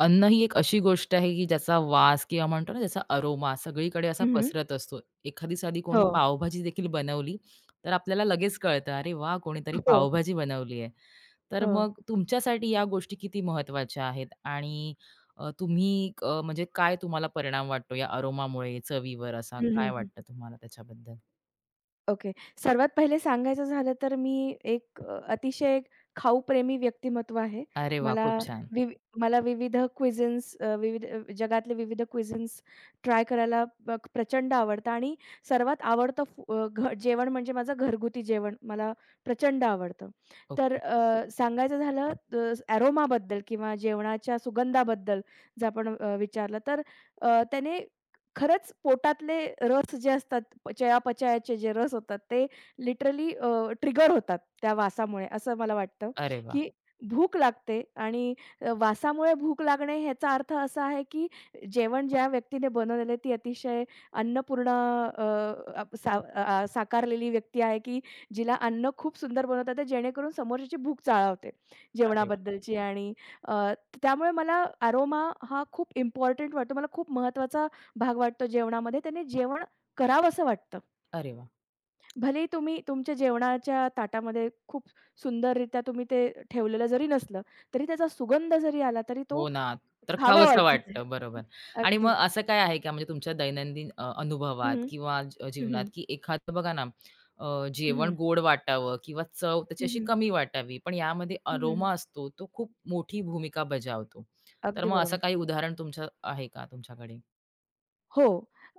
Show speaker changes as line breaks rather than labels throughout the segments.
अन्न ही एक अशी गोष्ट आहे, की ज्याचा वास किंवा म्हणतो ना त्याचा अरोमा सगळीकडे असा
हं, हं.
पसरत असतो. एखादी साधी कोणी
हो.
पावभाजी देखील बनवली, तर आपल्याला लगेच कळतं, "अरे वाह! कोणीतरी
हो.
पावभाजी बनवली आहे." तर
हो.
मग तुमच्यासाठी या गोष्टी किती महत्त्वाच्या आहेत आणि तुम्ही म्हणजे काय तुम्हाला परिणाम वाटतो या अरोमामुळे चवीवर असा
हं,
काय
हं, हं.
वाटतं तुम्हाला त्याच्याबद्दल?
ओके. सर्वात पहिले सांगायचं झालं तर मी एक अतिशय खाऊप्रेमी व्यक्तिमत्व आहे.
अरे वाह!
मला
खूप छान.
विवि मला विविध क्विझिन्स, विविध जगातले विविध क्विझिन्स ट्राय करायला प्रचंड आवडतं आणि सर्वात आवडतं फू अ, घ जेवण म्हणजे माझं घरगुती जेवण मला प्रचंड आवडतं. तर
ओके.
सांगायचं झालं अरोमाबद्दल किंवा जेवणाच्या सुगंधाबद्दल जर आपण विचारलं तर त्याने खरंच पोटातले रस जे असतात, चयापचयाचे जे रस होतात ते लिटरली ट्रिगर होतात त्या वासामुळे असं मला वाटतं,
अरे वाह!
की भूक लागते आणि वासामुळे भूक लागणे ह्याचा अर्थ असा आहे, की जेवण ज्या व्यक्तीने बनवलेलं ती अतिशय अन्नपूर्णा अ, अप- सा अ, साकारलेली व्यक्ती आहे, की जिला अन्न खूप सुंदर बनवता येतं जेणेकरून समोरच्याची भूक चाळवते
अरे वाह!
जेवणाबद्दलची आणि अ, त्यामुळे मला अरोमा हा खूप इम्पोर्टंट वाटतो. मला खूप महत्त्वाचा भाग वाटतो जेवणामध्ये. त्याने जेवण करावसं वाटतं.
अरे वाह!
भलेही तुम्ही तुमच्या जेवणाच्या ताटामध्ये खूप सुंदररित्या तुम्ही ते ठेवलेलं जरी नसलं, तरी त्याचा सुगंध जरी आला, तरी तो
हो ना. तर
खावा
खावंसं
वाटतो.
वाटतं. बरोबर. आणि मग
अगदी.
असं काय आहे का म्हणजे तुमच्या दैनंदिन अनुभवात किंवा
हं,
जीवनात
हं.
की एखादं बघा ना,
हं,
जेवण
हं.
गोड वाटावं किंवा चव त्याची
हं,
अशी
हं.
कमी वाटावी, पण यामध्ये
हं, हं.
अरोमा असतो, तो खूप मोठी भूमिका बजावतो. तर
अगदी
मग असं
बरोबर.
काही उदाहरण तुमचं आहे का तुमच्याकडे?
हो.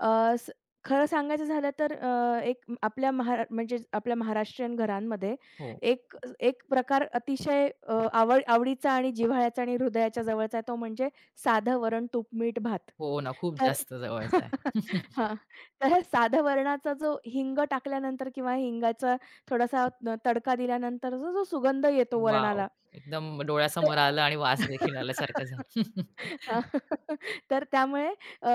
अ, स खरं सांगायचं झालं तर, एक आपल्या म्हणजे आपल्या महाराष्ट्रीयन घरांमध्ये
हो.
एक एक प्रकार अतिशय आवडीचा आणि जिव्हाळ्याचा आणि हृदयाच्या जवळचा आहे, तो म्हणजे साधं वरण, तूप, मीठ, भात.
हो ना, खूप
तर
जास्त जवळचं आहे.
हां. तर हे साधं वरणाचा जो हिंग टाकल्यानंतर किंवा हिंगाचा थोडासा तडका दिल्यानंतरचा जो जो सुगंध येतो
वॉव!
वरणाला,
एकदम
ते
डोळ्यासमोर आलं आणि वास देखील आल्यासारखं झालं.
हां. तर त्यामुळे अ,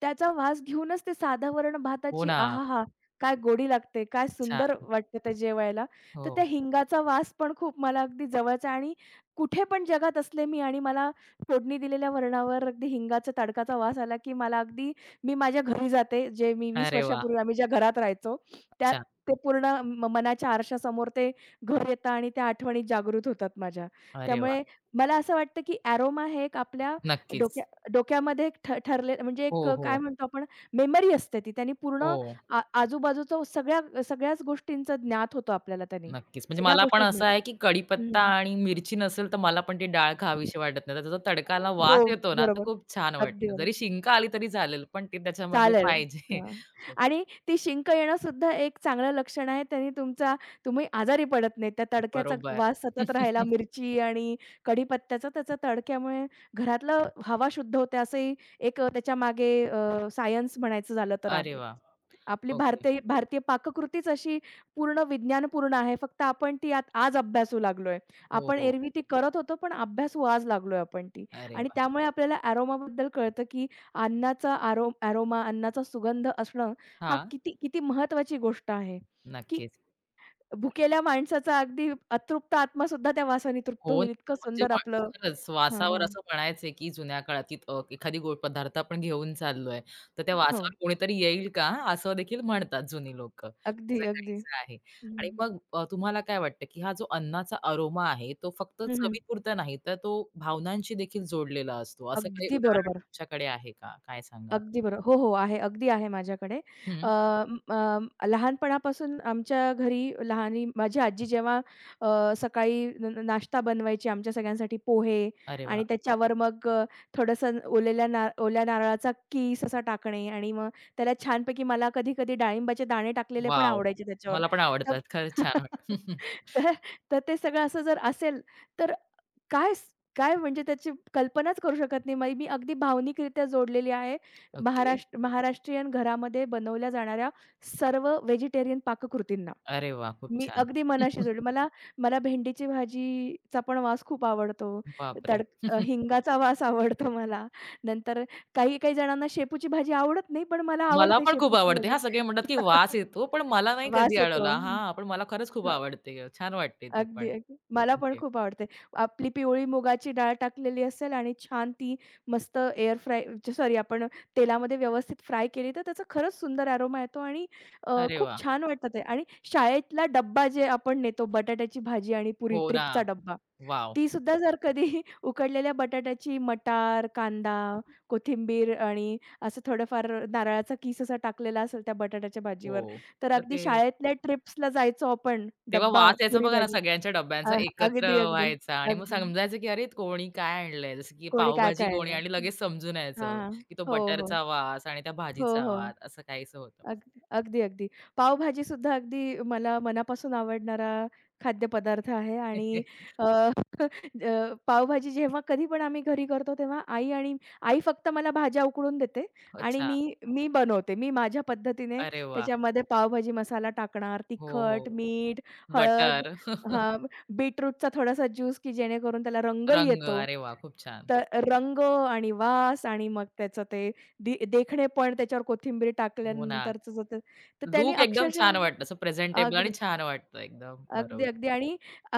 त्याचा वास घेऊनच ते साधा वरण
हो
भाताची
ना.
आहाहा! काय गोडी लागते, काय
छान.
सुंदर वाटतं ते जेवायला. तर त्या
हो.
हिंगाचा वास पण खूप मला अगदी जवळचा आणि कुठे पण जगात असले मी आणि मला फोडणी दिलेल्या वरणावर अगदी हिंगाचा तडकाचा वास आला, की मला अगदी मी माझ्या घरी जाते. जे मी 20
अरे वाह!
वर्षापूर्वी आम्ही ज्या घरात राहायचो, त्यात
अच्छा.
ते पूर्ण मनाच्या आरशासमोर ते घर येतं आणि त्या आठवणी जागृत होतात माझ्या.
अरे वाह!
त्यामुळे मला असं वाटतं, की अरोमा हे एक आपल्या
नक्कीच.
डोक्या डोक्यामध्ये एक ठरले म्हणजे एक,
हो,
काय
हो.
म्हणतो आपण, मेमरी असते ती. त्यानी पूर्ण
हो.
आजूबाजूचं सगळ्याच गोष्टींचं ज्ञात होतं आपल्याला त्यानी.
नक्कीच. म्हणजे
सगळ्या
मला पण
गोष्टी
असं
ज्ञात
आहे,
होतात.
की कढीपत्ता
हं.
आणि मिरची नसेल, तर मला पण ती डाळ खावीशी वाटत नाही. तर त्याचा तडकाला
हो,
वास येतो ना, तर
बरोबर.
खूप छान
अगदी
वाटतं.
बरोबर.
जरी शिंक आली तरी चालेल, पण ती त्याच्यामध्ये
चालेल.
पाहिजे.
हां.
ओके.
आणि ती शिंक येणंसुद्धा एक चांगलं लक्षण आहे. त्याने तुमचा, तुम्ही आजारी पडत नाही. त्या तडक्याचा
बरोबर.
वास सतत राहिला, मिरची आणि कढीपत्त्याचा त्याचा तडक्यामुळे घरातलं हवा शुद्ध होते, असंही एक, त्याच्यामागे सायन्स म्हणायचं झालं तर
अरे
आहे.
वाह!
आपली
ओके.
भारतीय भारतीय पाककृतीच अशी पूर्ण विज्ञानपूर्ण आहे. फक्त आपण ती आज अभ्यासू लागलोय.
हो,
आपण
हो.
एरवी ती करत होतो, पण अभ्यासू आज लागलोय आपण ती.
अरे
आणि
वा,
त्यामुळे आपल्याला अरोमाबद्दल कळतं, की अन्नाचा अरोमा, अन्नाचा सुगंध असणं, हा
हां.
किती किती महत्त्वाची गोष्ट आहे, की
नक्कीच.
भुकेल्या माणसाचा अगदी अतृप्त आत्मा सुद्धा त्या वासाने तृप्त
हो
होईल. इतकं
ना, म्हणजे
सुंदर
माणूस
आपलं.
खरंच
हां,
वासावर
हां.
असं म्हणायचे, की जुन्या काळात की एखादी गोड पदार्थ आपण घेऊन चाललोय, तर त्या
हो.
वासावर कोणीतरी येईल का? असं देखील म्हणतात जुनी लोकं.
अगदी,
असं
अगदी.
काहीसं आहे.
हं,
आणि
हं.
मग तुम्हाला काय वाटतं, की हा जो अन्नाचा अरोमा आहे, तो फक्त
हं, हं.
चवीपुरता नाही, तर तो भावनांशी देखील जोडलेला असतो. असं काही
अगदी
उदाहरण
बरोबर.
तुमच्याकडे आहे का? काय सांगाल?
अगदी बरोबर. हो, हो. आहे. अगदी आहे माझ्याकडे. अ,
हं.
लहानपणापासून आमच्या घरी लहानी माझी आजी जेव्हा सकाळी न न नाश्ता बनवायची आमच्या सगळ्यांसाठी पोहे
अरे वाह!
आणि त्याच्यावर मग, थोडंसं ओलेल्या ना ओल्या नारळाचा कीस असा टाकणे आणि मग त्याला छानपैकी, मला कधी-कधी डाळिंबाचे दाणे टाकलेले पण
वॉव!
आवडायचे त्याच्यावर.
मला पण
तर
आवडतात. खरंच छान वाटतं.
तर तर ते सगळं असं जर असेल, तर काय स काय म्हणजे त्याची कल्पनाच करू शकत नाही. मग मी अगदी भावनिकरित्या जोडलेली आहे
ओके.
महाराष्ट्रीयन घरामध्ये बनवल्या जाणाऱ्या सर्व व्हेजिटेरियन पाककृतींना.
अरे वाह! खूप
मी
छान.
अगदी मनाशी जोडले. मला, मला भेंडीची भाजीचा पण वास खूप आवडतो.
बापरे!
तड हिंगाचा वास आवडतो मला. नंतर, काही-काही जणांना शेपूची भाजी आवडत नाही, पण मला
मला
आवडते
पण खूप
शेपूची
आवडते.
भाजी.
हां, सगळे म्हणतात की वास येतो, पण मला नाही कधी
वास येतो.
अडवला. हां, पण मला खरंच खूप आवडते. छान वाटते ती
अगदी,
पण.
अगदी. मला पण
ओके.
खूप आवडते. आपली पिवळी मुगाची डाळ टाकलेली असेल आणि छान ती मस्त एअर फ्राय, सॉरी, आपण तेलामध्ये व्यवस्थित फ्राय केली तर त्याचा खरंच सुंदर अरोमा येतो आणि
अरे
खूप
वाह!
छान वाटतं ते. आणि शाळेतला डब्बा जे आपण नेतो, बटाट्याची भाजी आणि पुरी
हो ना.
ट्रिपचा डब्बा.
वॉव!
ती सुद्धा जर कधी उकडलेल्या बटाट्याची मटार, कांदा, कोथिंबीर आणि असं थोडंफार नारळाचा किस असा टाकलेला असेल त्या बटाट्याच्या
हो.
भाजीवर, तर
तर
अगदी
ते
शाळेतल्या ट्रिप्सला जायचो आपण
तेव्हा
डब्बा
वास यायचा
पुरी
बघा ना
भाजी.
सगळ्यांच्या
अ,
डब्यांचा एकत्र
अगदी, अगदी,
व्हायचा आणि मग
अगदी.
समजायचं की अरे कोणी काय आणलंय? जसं की
कोणी काय
पावभाजी कोणी
काढलंय.
आणि लगेच समजून
हां,
यायचं
हां.
की तो
हो, हो.
बटरचा वास आणि त्या
हो,
भाजीचा
हो.
वास असं काहीसं होतं.
अगदी, अगदी, अगदी. पावभाजीसुद्धा अगदी मला मनापासून आवडणारा खाद्यपदार्थ आहे आणि अ, पावभाजी जेव्हा कधी पण आम्ही घरी करतो तेव्हा आई, आणि आई फक्त मला भाज्या उकडून देते आणि
अच्छा.
मी मी बनवते. मी माझ्या पद्धतीने
अरे वाह!
त्याच्यामध्ये पावभाजी मसाला टाकणार,
हो,
तिखट,
हो.
मीठ, हळद,
बटर,
हां, बीटरूटचा थोडासा ज्यूस की जेणेकरून त्याला रंगही
रंग.
येतो.
अरे वाह! खूप छान.
तर रंग आणि वास आणि मग त्याचं ते देखणेपण त्याच्यावर कोथिंबीर
हो ना.
टाकल्यानंतरचं जो ते, तर त्याने
लूक एकदम
अक्षरशः
छान वाटतं. असं प्रेझेंटेबल आणि
अगदी,
छान वाटतं एकदम.
अगदी,
बरोबर.
अगदी आणि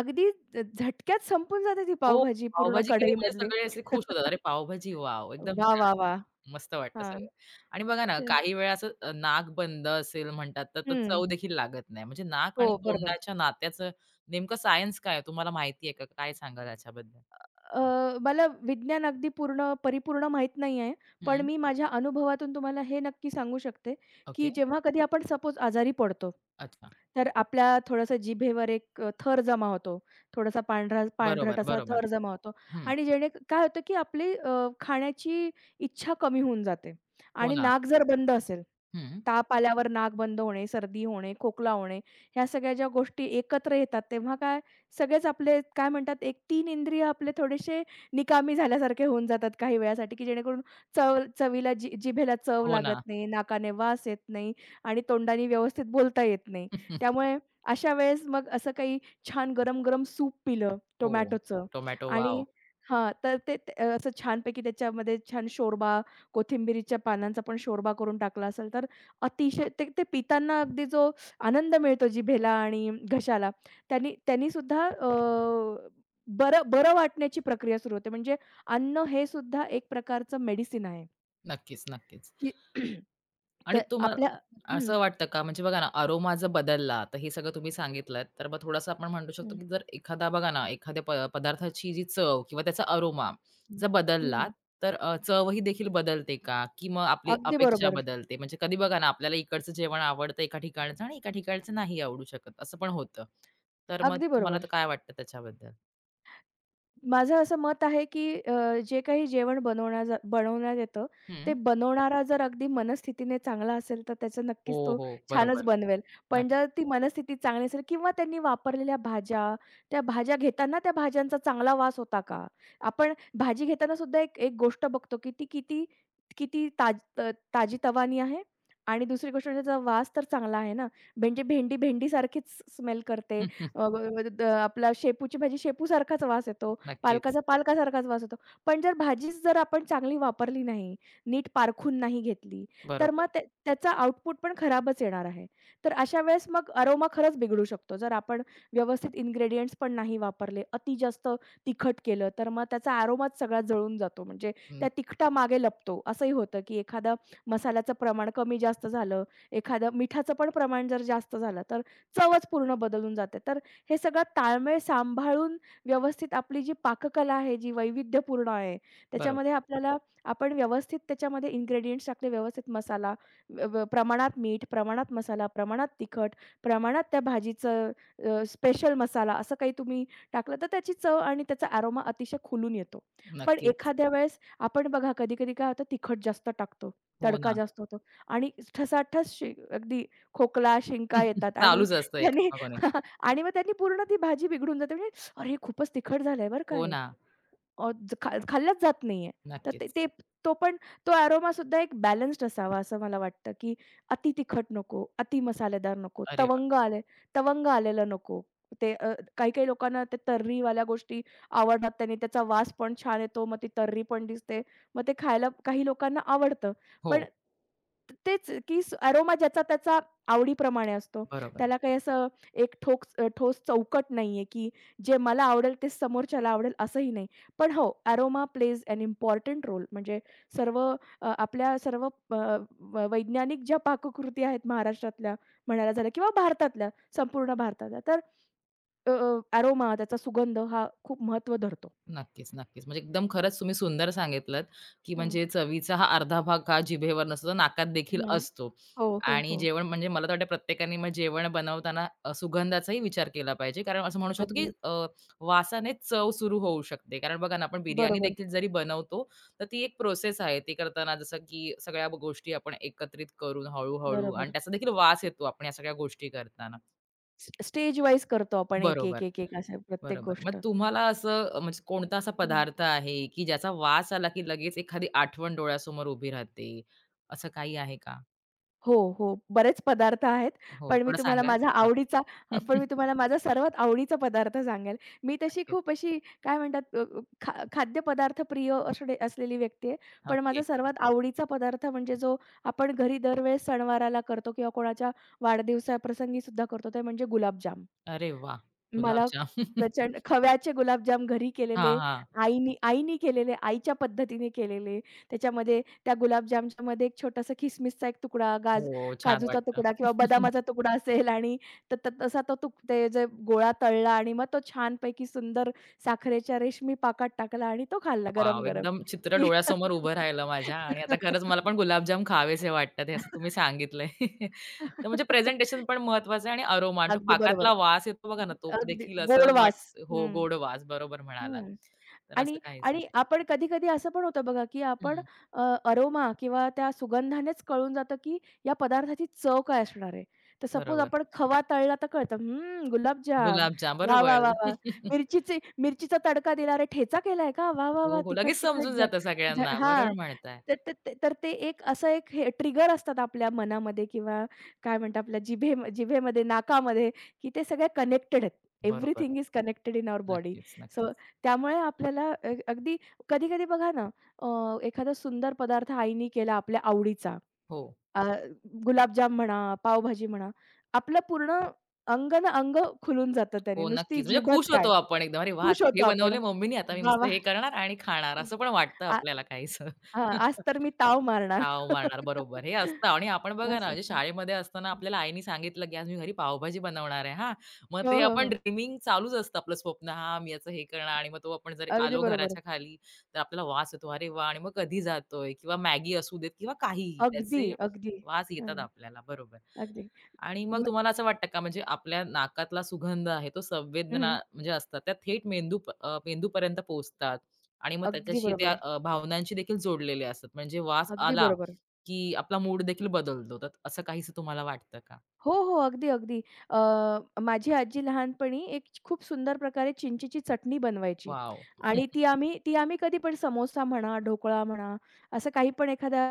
अगदी झटक्यात संपून जाते ती
हो,
पावभाजी पूर्ण
पावभाजी केली म्हणजे
कढईमधली.
सगळे असे खुश होतात. "अरे पावभाजी, वॉव!" एकदम
वाह,
छान.
वाह, वाह!
मस्त वाटतं
हां.
सगळं. आणि बघा ना,
तर
काही वेळा असं नाक बंद असेल म्हणतात, तर तर
हं.
चव देखील लागत नाही. म्हणजे नाक आणि
हो, बरोबर.
तोंडाच्या नात्याचं नेमकं सायन्स काय आहे? तुम्हाला माहिती आहे का? काय सांगाल याच्याबद्दल?
मला विज्ञान अगदी पूर्ण परिपूर्ण माहीत नाही आहे. पण
हं.
मी माझ्या अनुभवातून तुम्हाला हे नक्की सांगू शकते, की
ओके.
जेव्हा कधी आपण सपोज आजारी पडतो,
अच्छा.
तर आपल्या थोडंसं जिभेवर एक, थर जमा होतो. थोडासा पांढरट
बरोबर,
असा
बरोबर.
थर जमा होतो
हं.
आणि जेणे काय होतं, की आपली, खाण्याची इच्छा कमी होऊन जाते
हो
आणि
ना.
नाक जर बंद असेल,
हं.
ताप आल्यावर नाक बंद होणे, सर्दी होणे, खोकला होणे, ह्या सगळ्या ज्या गोष्टी एकत्र येतात, तेव्हा काय, सगळेच आपले काय म्हणतात, एक 3 इंद्रिय आपले थोडेसे निकामी झाल्यासारखे होऊन जातात काही वेळासाठी, की जेणेकरून चवीला जी जिभेला चव
हो ना.
लागत नाही, नाकाने वास येत नाही आणि तोंडाने व्यवस्थित बोलता येत नाही. त्यामुळे अशा वेळेस मग असं काही छान गरम-गरम सूप पिलं
हो.
टोमॅटोचं
टोमॅटो, वॉव!
आणि हां, तर ते ते- अ, असं छानपैकी त्याच्यामध्ये छान शोरबा, कोथिंबिरीच्या पानांचा पण शोरबा करून टाकला असेल, तर अतिशय ते ते पितांना अगदी जो आनंद मिळतो जिभेला आणि घशाला, त्यांनीसुद्धा बरं बरं वाटण्याची प्रक्रिया सुरू होते. म्हणजे अन्न हे सुद्धा एक प्रकारचं मेडिसिन आहे,
नक्कीच, नक्कीच.
की
आणि
तर
तुम्हाला
आपल्या, हं,
असं वाटतं का, म्हणजे बघा ना, अरोमा जर बदलला, तर हे सगळं तुम्ही सांगितलंत, तर मग थोडंसं आपण म्हणू शकतो,
हं,
की जर एखादा बघा ना, एखाद्या पदार्थाची जी चव किंवा त्याचा अरोमा
हं,
जर
हं,
बदलला,
हं.
तर चवही देखील बदलते का? की मग आपली
अगदी
अपेक्षा
बरोबर,
बदलते? म्हणजे कधी बघा ना, आपल्याला इकडचं जेवण आवडतं एका ठिकाणचं आणि एका ठिकाणचं नाही आवडू शकत, असं पण होतं. तर मग
अगदी
तुम्हाला तर
बरोबर.
काय वाटतं त्याच्याबद्दल?
माझं असं मत आहे, की जे काही जेवण बनवण्यात येतं,
हं.
ते बनवणारा जर अगदी मनस्थितीने चांगला असेल, तर त्याचं
हो,
नक्कीच तो
हो.
छानच
बरोबर.
बनवेल. पण
नक्की.
जर ती मनस्थिती चांगली असेल किंवा त्यांनी वापरलेल्या भाज्या, त्या भाज्या घेताना त्या भाज्यांचा चांगला वास होता का? आपण भाजी घेताना सुद्धा एक एक गोष्ट बघतो, की ती किती किती ताज त ताजी तवानी आहे आणि दुसरी गोष्ट म्हणजे त्याचा वास तर चांगला आहे ना. म्हणजे भेंडी भेंडीसारखीच स्मेल करते. अ, ब- ब- द- आपला शेपूची भाजी शेपूसारखाच वास येतो.
नक्कीच.
पालकाचा पालकासारखाच वास होतो. पण जर भाजीच जर आपण चांगली वापरली नाही, नीट पारखून नाही घेतली, तर
बरोबर.
मग त्याचा आउटपुट पण खराबच येणार आहे. तर अशा वेळेस मग अरोमा खरंच बिघडू शकतो. जर आपण व्यवस्थित इन्ग्रेडियंट्स पण नाही वापरले, अति जास्त तिखट केलं, तर मग त्याचा अरोमाच सगळा जळून जातो. म्हणजे त्या
नक्की.
तिखटामागे लपतो. असंही होतं, की एखादा मसाल्याचं प्रमाण कमी जास्त झालं, एखादं मिठाचं पण प्रमाण जर जास्त झालं, तर चवच पूर्ण बदलून जाते. तर हे सगळं ताळमेळ सांभाळून, व्यवस्थित आपली जी पाककला आहे, जी वैविध्यपूर्ण आहे,
बरोबर.
त्याच्यामध्ये आपल्याला, आपण व्यवस्थित त्याच्यामध्ये इन्ग्रेडिएंट्स टाकले, व्यवस्थित मसाला, व व प्रमाणात मीठ, प्रमाणात मसाला, प्रमाणात तिखट, प्रमाणात त्या भाजीचं, स्पेशल मसाला, असं काही तुम्ही टाकलं, तर त्याची चव आणि त्याचा अरोमा अतिशय खुलून येतो. पण
नक्कीच.
एखाद्या वेळेस आपण बघा कधी-कधी काय होतं, तिखट जास्त टाकतो,
हो
तडका
ना.
जास्त होतो आणि ठसाठस अगदी खोकला, शिंका येतात आणि
चालूच असतं एक
त्याने
मागून एक.
आणि मग त्यांनी पूर्ण ती भाजी बिघडून जाते. म्हणजे अरे, हे खूपच तिखट झालंय बरं का
हो
हे.
ना,
अ, ज खा खाल्लाच जात नाहीये. तर ते
नक्कीच.
ते तो पण तो अरोमा सुद्धा एक बॅलन्स्ड असावा असं मला वाटतं, की अति तिखट नको, अति मसालेदार नको,
अरे वाह!
तवंग आलेलं नको. ते, काही-काही लोकांना ते तर्रीवाल्या गोष्टी आवडतात. त्याने त्याचा वास पण छान येतो. मग ती तर्री पण दिसते. मग ते खायला काही लोकांना आवडतं. पण
हो,
तेच, की अरोमा ज्याचा त्याचा आवडीप्रमाणे असतो.
बरोबर.
त्याला काही असं एक ठोस चौकट नाहीये, की जे मला आवडेल तेच समोरच्याला आवडेल असंही नाही. पण हो, aroma plays an important role. म्हणजे सर्व, आपल्या सर्व, अ, व वैज्ञानिक ज्या पाककृती आहेत महाराष्ट्रातल्या म्हणायला झालं किंवा भारतातल्या, संपूर्ण भारतातल्या. तर अ, अ, अरोमा त्याचा सुगंध हा खूप महत्त्व धरतो.
नक्कीच, नक्कीच. म्हणजे एकदम खरंच तुम्ही सुंदर सांगितलत, की
हां,
म्हणजे चवीचा हा अर्धा भाग हा जिभेवर नसतो, तर नाकात देखील
हां.
असतो.
हो, हो,
आणि
हो.
जेवण म्हणजे मला तर वाटतं प्रत्येकाने मग जेवण बनवताना सुगंधाचाही विचार केला पाहिजे. कारण असं म्हणू शकतो, की
अगदी
वासाने चव सुरू होऊ शकते. कारण बघा ना, आपण बिर्याणी
बरोबर,
देखील जरी बनवतो, तर ती एक प्रोसेस आहे. ती करताना जसं की सगळ्या गोष्टी आपण एकत्रित करून हळू आणि
बरोबर.
त्याचा देखील वास येतो आपण या सगळ्या गोष्टी करताना.
स्टेज वाईज करतो आपण एक, एक,
बरोबर,
एक, एक असं प्रत्येक
बरोबर. मग
गोष्ट.
तुम्हाला असं म्हणजे कोणता असा पदार्थ आहे, की ज्याचा वास आला, की लगेच एखादी आठवण डोळ्यासमोर उभी राहते, असं काही आहे का?
हो, हो. बरेच पदार्थ आहेत.
हो,
पण मी
थोडं
तुम्हाला
सांगाल?
माझा
हां.
आवडीचा पण मी तुम्हाला माझा सर्वात आवडीचा पदार्थ सांगेल. मी तशी
नक्कीच.
खूप अशी काय म्हणतात, अ, अ, खा खाद्यपदार्थ प्रिय असणे असलेली व्यक्ती आहे. पण माझा
ओके.
सर्वात आवडीचा पदार्थ म्हणजे जो आपण घरी दरवेळेस सणवाराला करतो किंवा कोणाच्या वाढदिवसाप्रसंगी सुद्धा करतो, ते म्हणजे गुलाबजाम.
अरे वाह!
मला
गुलाबजाम.
प्रचंड खव्याचे गुलाबजाम घरी
हां,
केलेले,
हां.
आईनी आईनी केलेले, आईच्या पद्धतीने केलेले. त्याच्यामध्ये त्या गुलाबजामच्यामध्ये एक छोटासा किसमिसचा एक तुकडा,
हो, छान
काजूचा
वाटतं.
तुकडा किंवा बदामाचा तुकडा असेल आणि त त तसा तो तुक ते जे गोळा तळला आणि मग तो छानपैकी सुंदर साखरेच्या रेशमी पाकात टाकला आणि तो खाल्ला
वाव,
गरम-गरम.
एकदम चित्र डोळ्यासमोर उभं राहिलं माझ्या आणि आता खरंच मला पण गुलाबजाम खावेसे वाटतात, हे असं तुम्ही सांगितलंय. तर म्हणजे प्रेझेंटेशन पण महत्वाचं आहे आणि अरोमा तो
अगदी
पाकातला
बरोबर.
वास येतो बघा ना, तो
अगदी
देखील असं
गोड
वाट
वास.
हो,
हं,
गोड वास बरोबर म्हणालात.
हं.
तर असं
आणि,
काहीच नाही.
आपण कधी-कधी असं पण होतं बघा, की आपण,
हं,
अ, अरोमा किंवा त्या सुगंधानेच कळून जातं, की या पदार्थाची चव काय असणार आहे. तर सपोज
बरोबर.
आपण खवा तळला तर कळतं, "हं, गुलाबजाम.
गुलाबजाम
वाह, वाह,
बरोबर.
वाह, वाह! मिरचीचा तडका दिला. अरे, ठेचा केलाय का? वाह, वाह,
हो,
वाह!
हो. लगेच
तिखट-तिखट
समजून
झ
जातं
झ"
सगळ्यांना.
हां.
बरोबर म्हणताय.
तर तर ते तर ते एक असं एक, हे ट्रिगर असतात आपल्या मनामध्ये किंवा काय म्हणतात आपल्या जिभेमध्ये, नाकामध्ये, की ते सगळे कनेक्टेड आहेत.
बरोबर.
Everything is connected in our body.
नक्कीच,
सो
नक्कीच.
त्यामुळे आपल्याला, अगदी कधी-कधी बघा ना, एखादा सुंदर पदार्थ आईने केला आपल्या आवडीचा,
हो.
अ, गुलाबजाम म्हणा, पावभाजी म्हणा, आपलं पूर्ण अंग खुलून जातं त्याने,
हो,
नुसती
नक्कीच. म्हणजे
जीभच
खुश होतो
काय,
आपण एकदम. "अरे वाह!
खुश
आज हे
होतो आपण.
बनवले मम्मीनी, आता मी
वाह!
मस्त
वाह!
हे करणार आणि खाणार." असं पण वाटतं
आ
आपल्याला काहीसं.
हां, आज तर मी ताव मारणार.
ताव मारणार. बरोबर. हे असतं आणि आपण बघा ना,
असं.
म्हणजे शाळेमध्ये असताना आपल्याला आईनी सांगितलं, की "आज मी घरी पावभाजी बनवणार आहे." हां. मग
हो,
ते
हो,
आपण
हो.
ड्रीमिंग चालूच असतं आपलं स्वप्न. हां, मी याचं हे करणार आणि मग तो आपण जरी
अगदी
आलो
बरोबर.
घराच्या खाली, तर आपल्याला वास येतो. अरे वाह! आणि मग कधी जातोय किंवा मॅगी असू देत किंवा काहीही,
अगदी,
त्याचे
अगदी.
वास येतात
हं,
आपल्याला. बरोबर.
अगदी.
आणि मग
म
तुम्हाला असं वाटतं का म्हणजे आपल्या नाकातला सुगंध आहे तो
हं,
संवेदना म्हणजे असतात त्या थेट मेंदूपर्यंत पोहोचतात आणि मग
अगदी
त्याच्याशी त्या
बरोबर.
भावनांशी देखील जोडलेले असतात म्हणजे वास
अगदी
आला
बरोबर.
की आपला मूड देखील बदलतो तर असं काहीसं तुम्हाला वाटतं का
हो, हो. अगदी, अगदी. माझी आजी लहानपणी एक खूप सुंदर प्रकारे चिंचेची चटणी बनवायची
वाव
आणि ती आम्ही कधी पण समोसा म्हणा, ढोकळा म्हणा, असं काही पण एखादा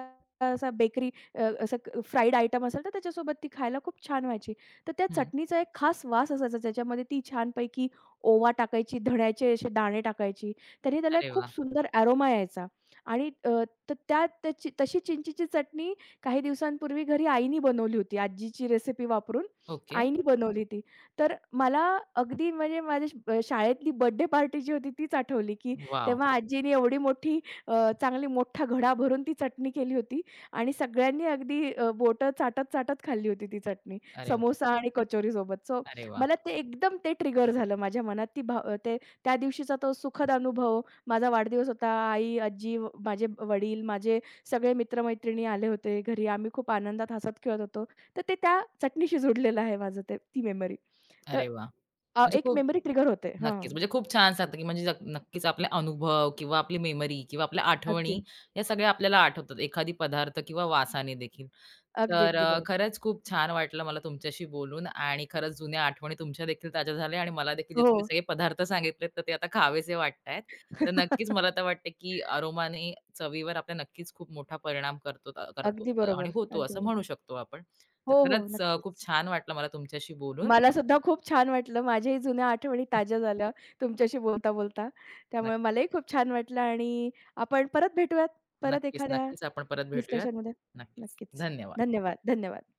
असा बेकरी, असं फ्राईड आयटम असेल तर त्याच्यासोबत ती खायला खूप छान व्हायची. तर त्या
हम्म.
चटणीचा एक खास वास असायचा. त्याच्यामध्ये ती छानपैकी ओवा टाकायची, धण्याचे असे दाणे टाकायची. त्याने त्याला एक
अरे
खूप
वा
सुंदर अरोमा यायचा आणि तर त्याची तशी चिंचेची चटणी काही दिवसांपूर्वी घरी आईनी बनवली होती. आजीची रेसिपी वापरून
ओके
आईनी बनवली ती. तर मला अगदी, म्हणजे माझ्या शाळेतली बर्थडे पार्टी जी होती तीच आठवली, की
वाव
तेव्हा आजीने एवढी मोठी, चांगली मोठा घडा भरून ती चटणी केली होती आणि सगळ्यांनी अगदी, बोटं चाटत-चाटत खाल्ली होती ती चटणी,
अरे वा
समोसा आणि कचोरीसोबत. सो
अरे वा
मला ते एकदम ते ट्रिगर झालं माझ्या मनात ती ते त्या दिवशीचा तो सुखद अनुभव. माझा वाढदिवस होता. आई, आजी, माझे वडील, माझे सगळे मित्र-मैत्रिणी आले होते घरी. आम्ही खूप आनंदात हसत-खेळत होतो. तर ते त्या चटणीशी जोडलेलं आहे माझं ते ती मेमरी. तर
अरे वा म्हणजे
एक
खूप
मेमरी ट्रिगर होते. हां.
नक्कीच. म्हणजे खूप छान सांगता, की म्हणजे नक्कीच आपले अनुभव किंवा आपली मेमरी किंवा आपल्या
अगदी,
आठवणी या सगळ्या आपल्याला आठवतात एखादी पदार्थ किंवा वासाने देखील.
अगदी,
तर
अगदी बरोबर.
खरंच खूप छान वाटलं मला तुमच्याशी बोलून आणि खरंच जुन्या आठवणी तुमच्या देखील ताज्या झाल्या आणि मला देखील जे
हो.
तुम्ही सगळे पदार्थ सांगितलेत, तर ते आता खावेसे वाटतायत. तर नक्कीच मला तर वाटतं, की अरोमाने चवीवर आपल्या नक्कीच खूप मोठा परिणाम करतो करतो
अगदी
आणि
बरोबर,
होतो
अगदी
असं
बरोबर.
म्हणू शकतो आपण. तर
हो, हो.
खरंच खूप
नक्कीच.
छान वाटलं मला तुमच्याशी बोलून.
मला सुद्धा खूप छान वाटलं. माझ्याही जुन्या आठवणी ताज्या झाल्या तुमच्याशी बोलता-बोलता. त्यामुळे
नक्की.
मलाही खूप छान वाटलं आणि आपण परत भेटूयात. परत
नक्कीच,
एखाद्या
नक्कीच आपण परत भेटूयात.
डिस्कशनमध्ये.
नक्कीच.
नक्कीच.
धन्यवाद.
धन्यवाद, धन्यवाद.